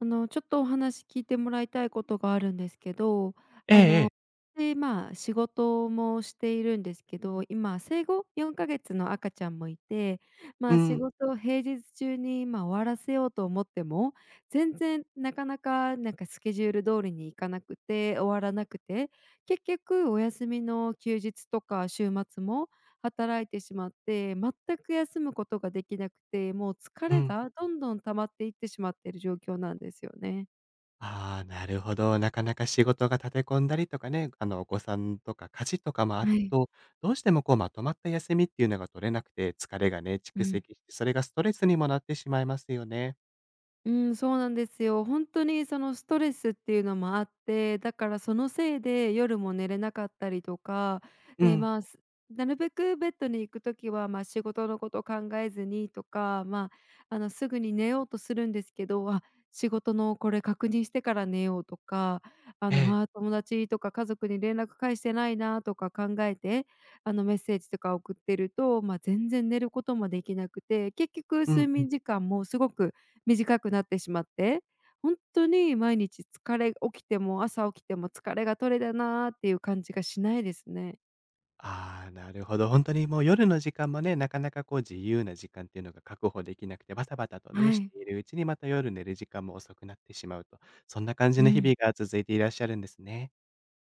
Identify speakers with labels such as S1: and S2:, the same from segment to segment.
S1: ちょっとお話聞いてもらいたいことがあるんですけど、
S2: ええ
S1: あ
S2: え
S1: の、
S2: え。
S1: で、仕事もしているんですけど、今、生後4ヶ月の赤ちゃんもいて、
S2: う
S1: 仕
S2: ん、
S1: 事を平日中に、終わらせようと思っても、全然なかなか、スケジュール通りにいかなくて、終わらなくて、結局お休みの休日とか週末も働いてしまって、全く休むことができなくて、もう疲
S2: う
S1: れ
S2: ん。
S1: がどんどん溜まっていってしまっている状況なんですよね。
S2: ああ、なるほど。なかなか仕事が立て込んだりとかね、あの、お子さんとか家事とかもあっ
S1: はい。
S2: と、どうしてもこうまとまった休みっていうのが取れなくて、疲れがね、
S1: う
S2: 蓄
S1: ん。
S2: 積して、それがストレスにもなってしまいますよね。
S1: うん、そうなんですよ。本当にそのストレスっていうのもあって、だからそのせいで夜も寝れなかったりとか、
S2: う
S1: で、
S2: ん、
S1: まあ、なるべくベッドに行くときは、仕事のことを考えずにとか、すぐに寝ようとするんですけど、仕事のこれ確認してから寝ようとか、
S2: ええ、
S1: 友達とか家族に連絡返してないなとか考えて、メッセージとか送ってると、全然寝ることもできなくて、結局
S2: う
S1: 睡
S2: んう
S1: 眠
S2: ん。
S1: 時間もすごく短くなってしまって、本当に毎日疲れ起きても朝起きても疲れが取れたなーっていう感じがしないですね。
S2: ああ、なるほど。ほんとにもう夜の時間もね、なかなかこう自由な時間っていうのが確保できなくて、バタバタとね、
S1: は
S2: し
S1: い。
S2: ているうちにまた夜寝る時間も遅くなってしまうと、そんな感じ
S1: う
S2: の日
S1: ん。
S2: 々が続いていらっしゃるんですね。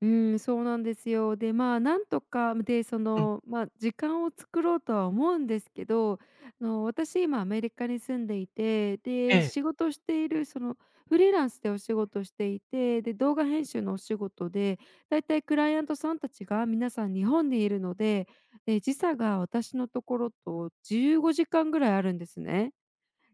S1: うん、そうなんですよ。で、なんとか、で、そ
S2: うん、
S1: の、まあ、時間を作ろうとは思うんですけど、私今アメリカに住んでいて、
S2: え
S1: で、
S2: え。
S1: 仕事しているそのフリーランスでお仕事していて、で、動画編集のお仕事で、だいたいクライアントさんたちが皆さん日本にいるので、で、時差が私のところと15時間ぐらいあるんですね。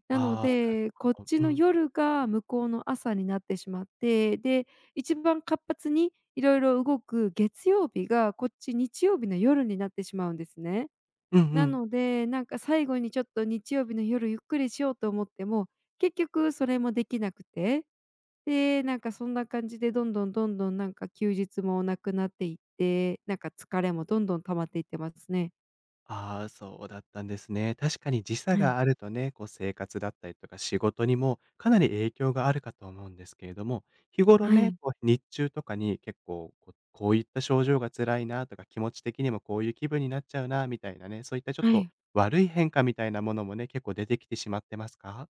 S1: なの
S2: ああ、なる
S1: で、こっ
S2: ほど。
S1: ち
S2: う
S1: の
S2: ん。
S1: 夜が向こうの朝になってしまって、で、一番活発にいろいろ動く月曜日が、こっち日曜日の夜になってしまうんですね。
S2: うんう
S1: な
S2: ん。
S1: ので、最後にちょっと日曜日の夜ゆっくりしようと思っても、結局それもできなくて、で、そんな感じでどんどん休日もなくなっていって、疲れもどんどん溜まっていってますね。
S2: ああ、そうだったんですね。確かに時差
S1: はい。
S2: があるとね、こう生活だったりとか仕事にもかなり影響があるかと思うんですけれども、日頃
S1: は
S2: ね、
S1: い。
S2: こう日中とかに結構こうこういった症状が辛いなとか、気持ち的にもこういう気分になっちゃうなみたいなね、そういったちょっ
S1: は
S2: と
S1: い。
S2: 悪い変化みたいなものもね、結構出てきてしまってますか？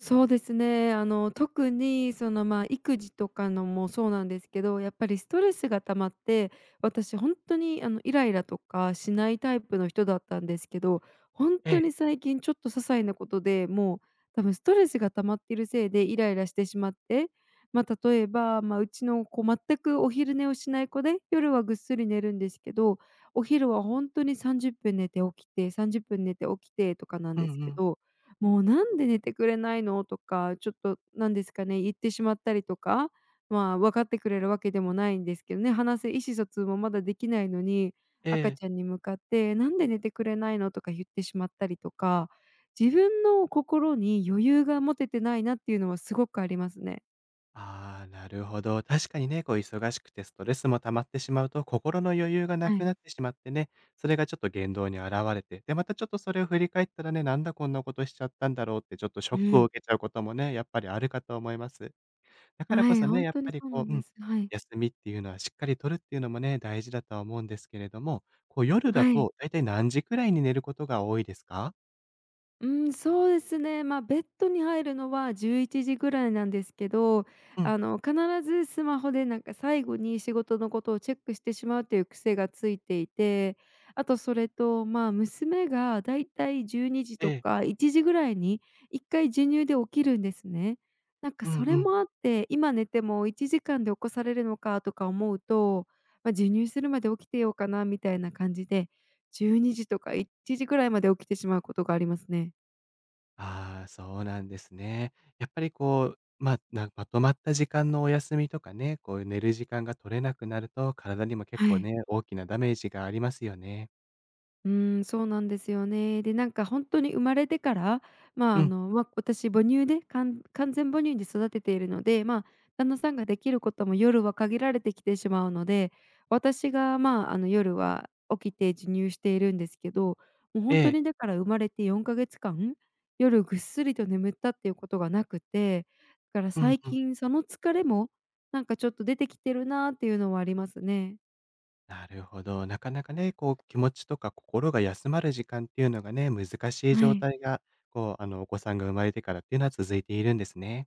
S1: そうですね。特にその、育児とかのもそうなんですけど、やっぱりストレスが溜まって、私本当に、イライラとかしないタイプの人だったんですけど、本
S2: ええ。
S1: 当に最近ちょっと些細なことで、もう多分ストレスが溜まっているせいでイライラしてしまって、例えば、うちの子全くお昼寝をしない子で、夜はぐっすり寝るんですけど、お昼は本んに30分寝て起きて、30分寝て起きてとかなん
S2: う
S1: です
S2: んう
S1: け
S2: ん。
S1: ど「もうなんで寝てくれないの？」とか、ちょっとなんですかね、言ってしまったりとか、分かってくれるわけでもないんですけどね、話す意思疎通もまだできないのに、
S2: え
S1: 赤
S2: え。
S1: ちゃんに向かって「なんで寝てくれないの？」とか言ってしまったりとか、自分の心に余裕が持ててないなっていうのはすごくありますね。
S2: ああ、なるほど。確かにね、こう忙しくてストレスも溜まってしまうと、心の余裕がな
S1: は
S2: く
S1: い。
S2: なってしまってね、それがちょっと言動に現れて、で、またちょっとそれを振り返ったらね、なんだこんなことしちゃったんだろうって、ちょっとシ
S1: う
S2: ョックを
S1: ん。
S2: 受けちゃうこともね、やっぱりあるかと思います。だから
S1: は
S2: こ
S1: い、
S2: そ
S1: ほ
S2: ね、
S1: ん
S2: やっ
S1: と
S2: ぱ
S1: に
S2: り
S1: そうな
S2: こ
S1: ん
S2: う、う
S1: で
S2: ん、
S1: す。はい。
S2: 休みっていうのはしっかり取るっていうのもね、大事だとは思うんですけれども、こう夜だ
S1: はい。
S2: とだいたい何時くらいに寝ることが多いですか？
S1: うん、そうですね。まあ、ベッドに入るのは11時ぐらいなんですけど、
S2: うん、
S1: 必ずスマホで最後に仕事のことをチェックしてしまうという癖がついていて、あとそれと、娘がだいたい12時
S2: え
S1: と
S2: え、
S1: か1時ぐらいに1回授乳で起きるんですね。
S2: うん
S1: そ
S2: う
S1: れ
S2: ん。
S1: もあって、今寝ても1時間で起こされるのかとか思うと、授乳するまで起きてようかなみたいな感じで、12時とか1時ぐらいまで起きてしまうことがありますね。
S2: ああ、そうなんですね。やっぱりこう、まあ、なんまとまった時間のお休みとかね、こういう寝る時間が取れなくなると、体にも結
S1: は
S2: 構
S1: い。
S2: ね、大きなダメージがありますよね。
S1: うーん、そうなんですよね。で、本当に生まれてから、
S2: うん、
S1: 私母乳で、完全母乳で育てているので、旦那さんができることも夜は限られてきてしまうので、私が、夜は起きて授乳しているんですけど、もう
S2: え
S1: 本当
S2: え、
S1: にだから生まれて4か月間、夜ぐっすりと眠ったっていうことがなくて、だから
S2: うん
S1: 最
S2: うん。
S1: 近その疲れも、ちょっと出てきてるなっていうのはありますね。
S2: なるほど。なかなかね、こう気持ちとか心が休まる時間っていうのがね、難しい
S1: は
S2: 状
S1: い。
S2: 態が、こう、あの、お子さんが生まれてからっていうのは続いているんですね。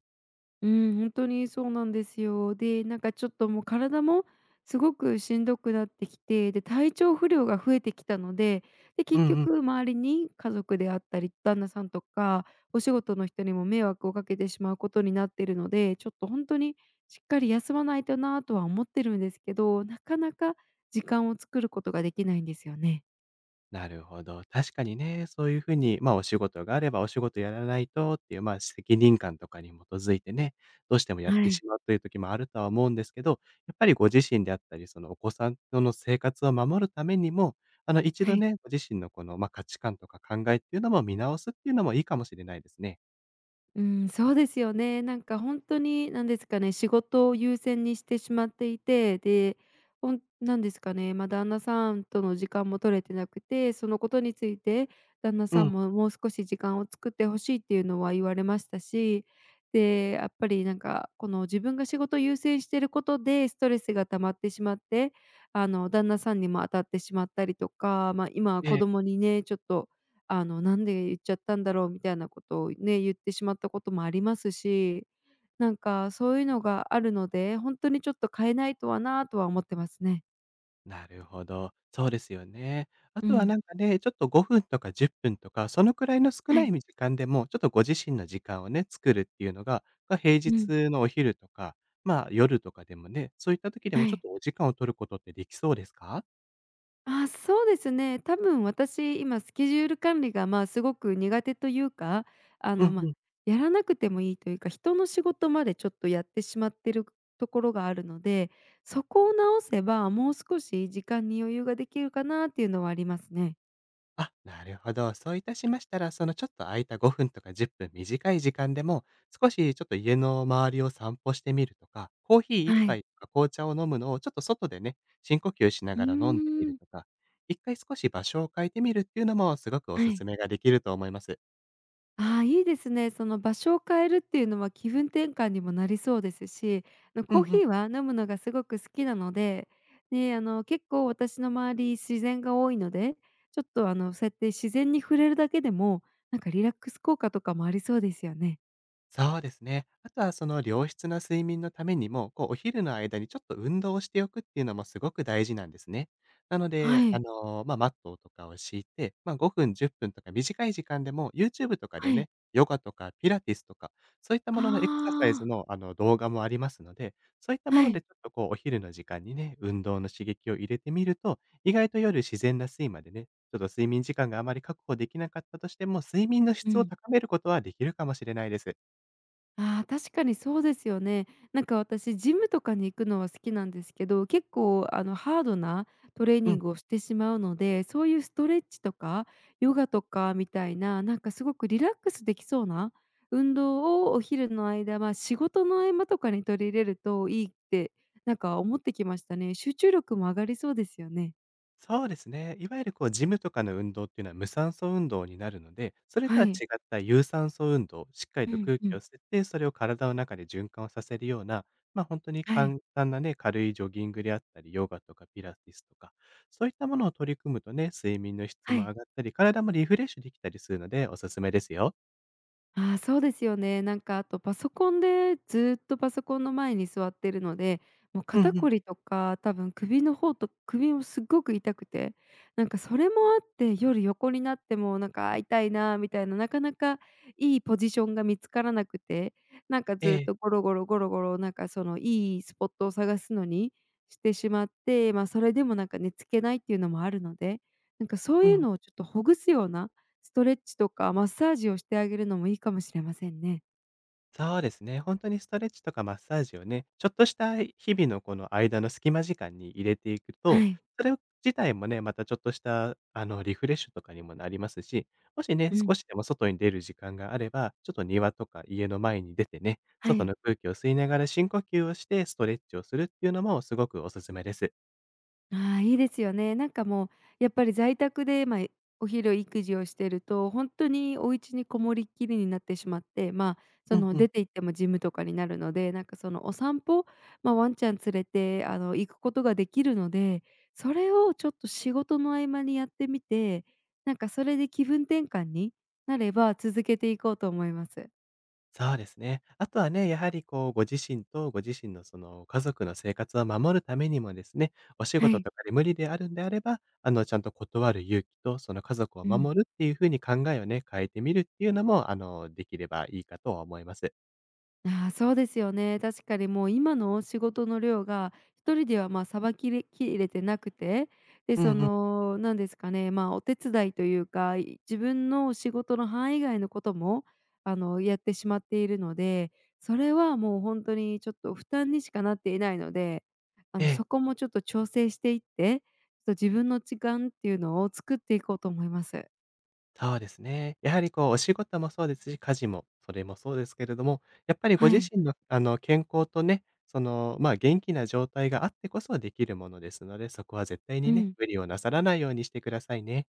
S1: うん、本当にそうなんですよ。で、ちょっともう体もすごくしんどくなってきて、で、体調不良が増えてきたので、で、
S2: う
S1: 結
S2: んうん。
S1: 局周りに家族であったり、旦那さんとか、お仕事の人にも迷惑をかけてしまうことになっているので、ちょっと本当にしっかり休まないとなとは思ってるんですけど、なかなか時間を作ることができないんですよね。
S2: なるほど。確かにね、そういうふうに、まあ、お仕事があればお仕事やらないとっていう、まあ、責任感とかに基づいてね、どうしてもやっ
S1: は
S2: て
S1: い。
S2: しまうという時もあるとは思うんですけど、やっぱりご自身であったり、そのお子さんとの生活を守るためにも、あの、一
S1: は
S2: 度
S1: い。
S2: ね、ご自身のこの、まあ、価値観とか考えっていうのも見直すっていうのもいいかもしれないですね。
S1: うん、そうですよね。本当になんですかね、仕事を優先にしてしまっていて、で、ほんなんですかね、旦那さんとの時間も取れてなくて、そのことについて旦那
S2: う
S1: さ
S2: ん。
S1: んももう少し時間を作ってほしいっていうのは言われましたし、で、やっぱりこの自分が仕事を優先してることでストレスが溜まってしまって、あの旦那さんにも当たってしまったりとか、今は子
S2: ええ、
S1: 供にね、ちょっとなんで言っちゃったんだろうみたいなことをね、言ってしまったこともありますし、そういうのがあるので、ほんとにちょっと変えないとはなとは思ってますね。
S2: なるほど。そうですよね。あ
S1: う
S2: とは
S1: ん。
S2: なんかね、ちょっと5分とか10分とか、そのくらいの少
S1: は
S2: ない
S1: い。
S2: 時間でも、ちょっとご自身の時間をね、作るっていうのが、ま、平
S1: うん。
S2: 日のお昼とか、まあ、夜とかでもね、そういった時で
S1: は
S2: もちょっ
S1: い。
S2: とお時間を取ることってできそうですか？
S1: あ、そうですね。多分私、今スケジュール管理が、すごく苦手というか、あ
S2: う
S1: の、
S2: んう
S1: ま、
S2: ん。
S1: やらなくてもいいというか、人の仕事までちょっとやってしまってるところがあるので、そこを直せば、もう少し時間に余裕ができるかなっていうのはありますね。
S2: あ、なるほど。そういたしましたら、そのちょっと空いた5分とか10分短い時間でも、少しちょっと家の周りを散歩してみるとか、コーヒー一
S1: はい。
S2: 杯とか紅茶を飲むのをちょっと外でね、深呼吸しな
S1: う
S2: がら飲んでみ
S1: ー
S2: る
S1: ん、
S2: とか、一回少し場所を変えてみるっていうのもすごくお
S1: は
S2: すす
S1: い。
S2: めができると思います。
S1: ああ、いいですね。その場所を変えるっていうのは気分転換にもなりそうですし、あの
S2: うんう
S1: コーヒ
S2: ん。
S1: ーは飲むのがすごく好きなので、ねあの、結構私の周り自然が多いので、ちょっとあの、そうやって自然に触れるだけでも、リラックス効果とかもありそうですよね。
S2: そうですね。あとはその良質な睡眠のためにも、こうお昼の間にちょっと運動をしておくっていうのもすごく大事なんですね。なの
S1: は
S2: で、あ
S1: い、
S2: の、まあ、マットとかを敷いて、まあ、5分、10分とか短い時間でも YouTube とかで
S1: は
S2: ね、
S1: い。
S2: ヨガとかピラティスとか、そういったもののエクササイズ
S1: ああ、
S2: の、あの、動画もありますので、そういった
S1: は
S2: もので
S1: い。
S2: ちょっとこうお昼の時間にね、運動の刺激を入れてみると、意外と夜自然な睡魔でね、ちょっと睡眠時間があまり確保できなかったとしても、睡眠の
S1: う
S2: 質を
S1: ん。
S2: 高めることはできるかもしれないです。
S1: ああ、確かにそうですよね。私ジムとかに行くのは好きなんですけど、結構あのハードなトレー
S2: う
S1: ニ
S2: ん、
S1: ングをしてしまうので、そういうストレッチとかヨガとかみたいな、すごくリラックスできそうな運動をお昼の間、仕事の合間とかに取り入れるといいって、思ってきましたね。集中力も上がりそうですよね。
S2: そうですね。いわゆるこうジムとかの運動っていうのは無酸素運動になるので、それと
S1: は
S2: は違
S1: い。
S2: った有酸素運動、しっかり
S1: う
S2: と
S1: ん
S2: 空
S1: う
S2: 気
S1: ん。
S2: を吸って、それを体の中で循環をさせるような、まあ、本当に
S1: はい。
S2: 簡単なね、軽いジョギングであったり、ヨガとかピラティスとか、そういったものを取り組むとね、睡眠の質
S1: は
S2: も
S1: い。
S2: 上がったり、体もリフレッシュできたりするのでおすすめですよ。
S1: ああ、そうですよね。あとパソコンでずっとパソコンの前に座ってるので、もう
S2: う
S1: 肩
S2: んうん。
S1: こりとか、多分首の方と首もすっごく痛くて、それもあって夜横になってもなんか、あ、痛いなーみたいな、なかなかいいポジションが見つからなくて、
S2: え
S1: ずっ
S2: え。
S1: とゴロゴロ、そのいいスポットを探すのにしてしまって、それでも寝付けないっていうのもあるので、そう
S2: うんう
S1: いう
S2: ん。
S1: のをちょっとほぐすようなストレッチとかマッサージをしてあげるのもいいかもしれませんね。
S2: そうですね。本当にストレッチとかマッサージをね、ちょっとした日々のこの間の隙間時間に入れていく
S1: は
S2: と、
S1: い。
S2: それ自体もね、またちょっとした、あの、リフレッシュとかにもなりますし、もしね、
S1: う
S2: 少
S1: ん。
S2: しでも外に出る時間があれば、ちょっと庭とか家の前に出てね、
S1: は
S2: 外
S1: い。
S2: の空気を吸いながら深呼吸をしてストレッチをするっていうのもすごくおすすめです。
S1: ああ、いいですよね。もうやっぱり在宅で、お昼育児をしてると、本当にお家にこもりっきりになってしまって、
S2: う
S1: そ
S2: ん
S1: の
S2: うん。
S1: 出て行ってもジムとかになるので、そのお散歩、ワンちゃん連れて、行くことができるので、それをちょっと仕事の合間にやってみて、それで気分転換になれば続けていこうと思います。
S2: そうですね。あとはね、やはりこう、ご自身とご自身のその家族の生活を守るためにもですね、お仕
S1: は
S2: 事
S1: い。
S2: とかで無理であるんであれば、あの、ちゃんと断る勇気と、その家族を
S1: うん。
S2: 守るっていうふうに考えをね、変えてみるっていうのも、あの、できればいいかとは思います。
S1: ああ、そうですよね。確かにもう今の仕事の量が一人ではさばききれてなくて、で、
S2: う
S1: そ
S2: んうん。
S1: の、何ですかね、まあ、お手伝いというか、自分の仕事の範囲以外のことも、やってしまっているので、それはもう本当にちょっと負担にしかなっていないので、
S2: ええ、
S1: そこもちょっと調整していって、ちょっと自分の時間っていうのを作っていこうと思います。
S2: そうですね。やはりこう、お仕事もそうですし、家事も、それもそうですけれども、やっぱりご
S1: は
S2: 自
S1: い。
S2: 身の、あの、健康とね、その、まあ、元気な状態があってこそできるものですので、そこは絶対
S1: う
S2: にね、
S1: ん。
S2: 無理をなさらないようにしてくださいね。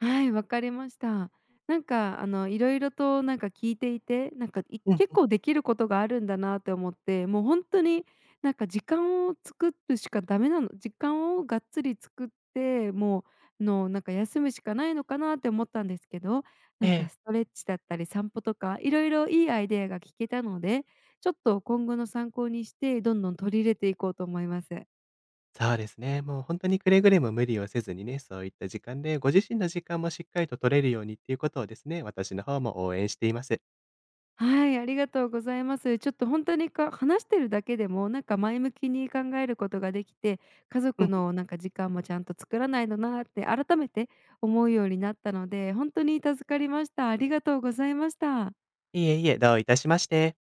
S1: はい、わかりました。いろいろと聞いていて、
S2: うん
S1: 結
S2: うん。
S1: 構できることがあるんだなって思って、もう本当に時間を作るしかダメなの時間をがっつり作って、もう、の、なんか休むしかないのかなって思ったんですけど、
S2: ええ。
S1: ストレッチだったり散歩とか、いろいろいいアイデアが聞けたので、ちょっと今後の参考にして、どんどん取り入れていこうと思います。
S2: そうですね。もう本当にくれぐれも無理をせずにね、そういった時間で、ご自身の時間もしっかりと取れるようにっていうことをですね、私の方も応援しています。
S1: はい、ありがとうございます。ちょっと本当に話してるだけでも、前向きに考えることができて、家
S2: う
S1: 族
S2: ん。
S1: の時間もちゃんと作らないとなって改めて思うようになったので、本当に助かりました。ありがとうございました。
S2: いえいえ、どういたしまして。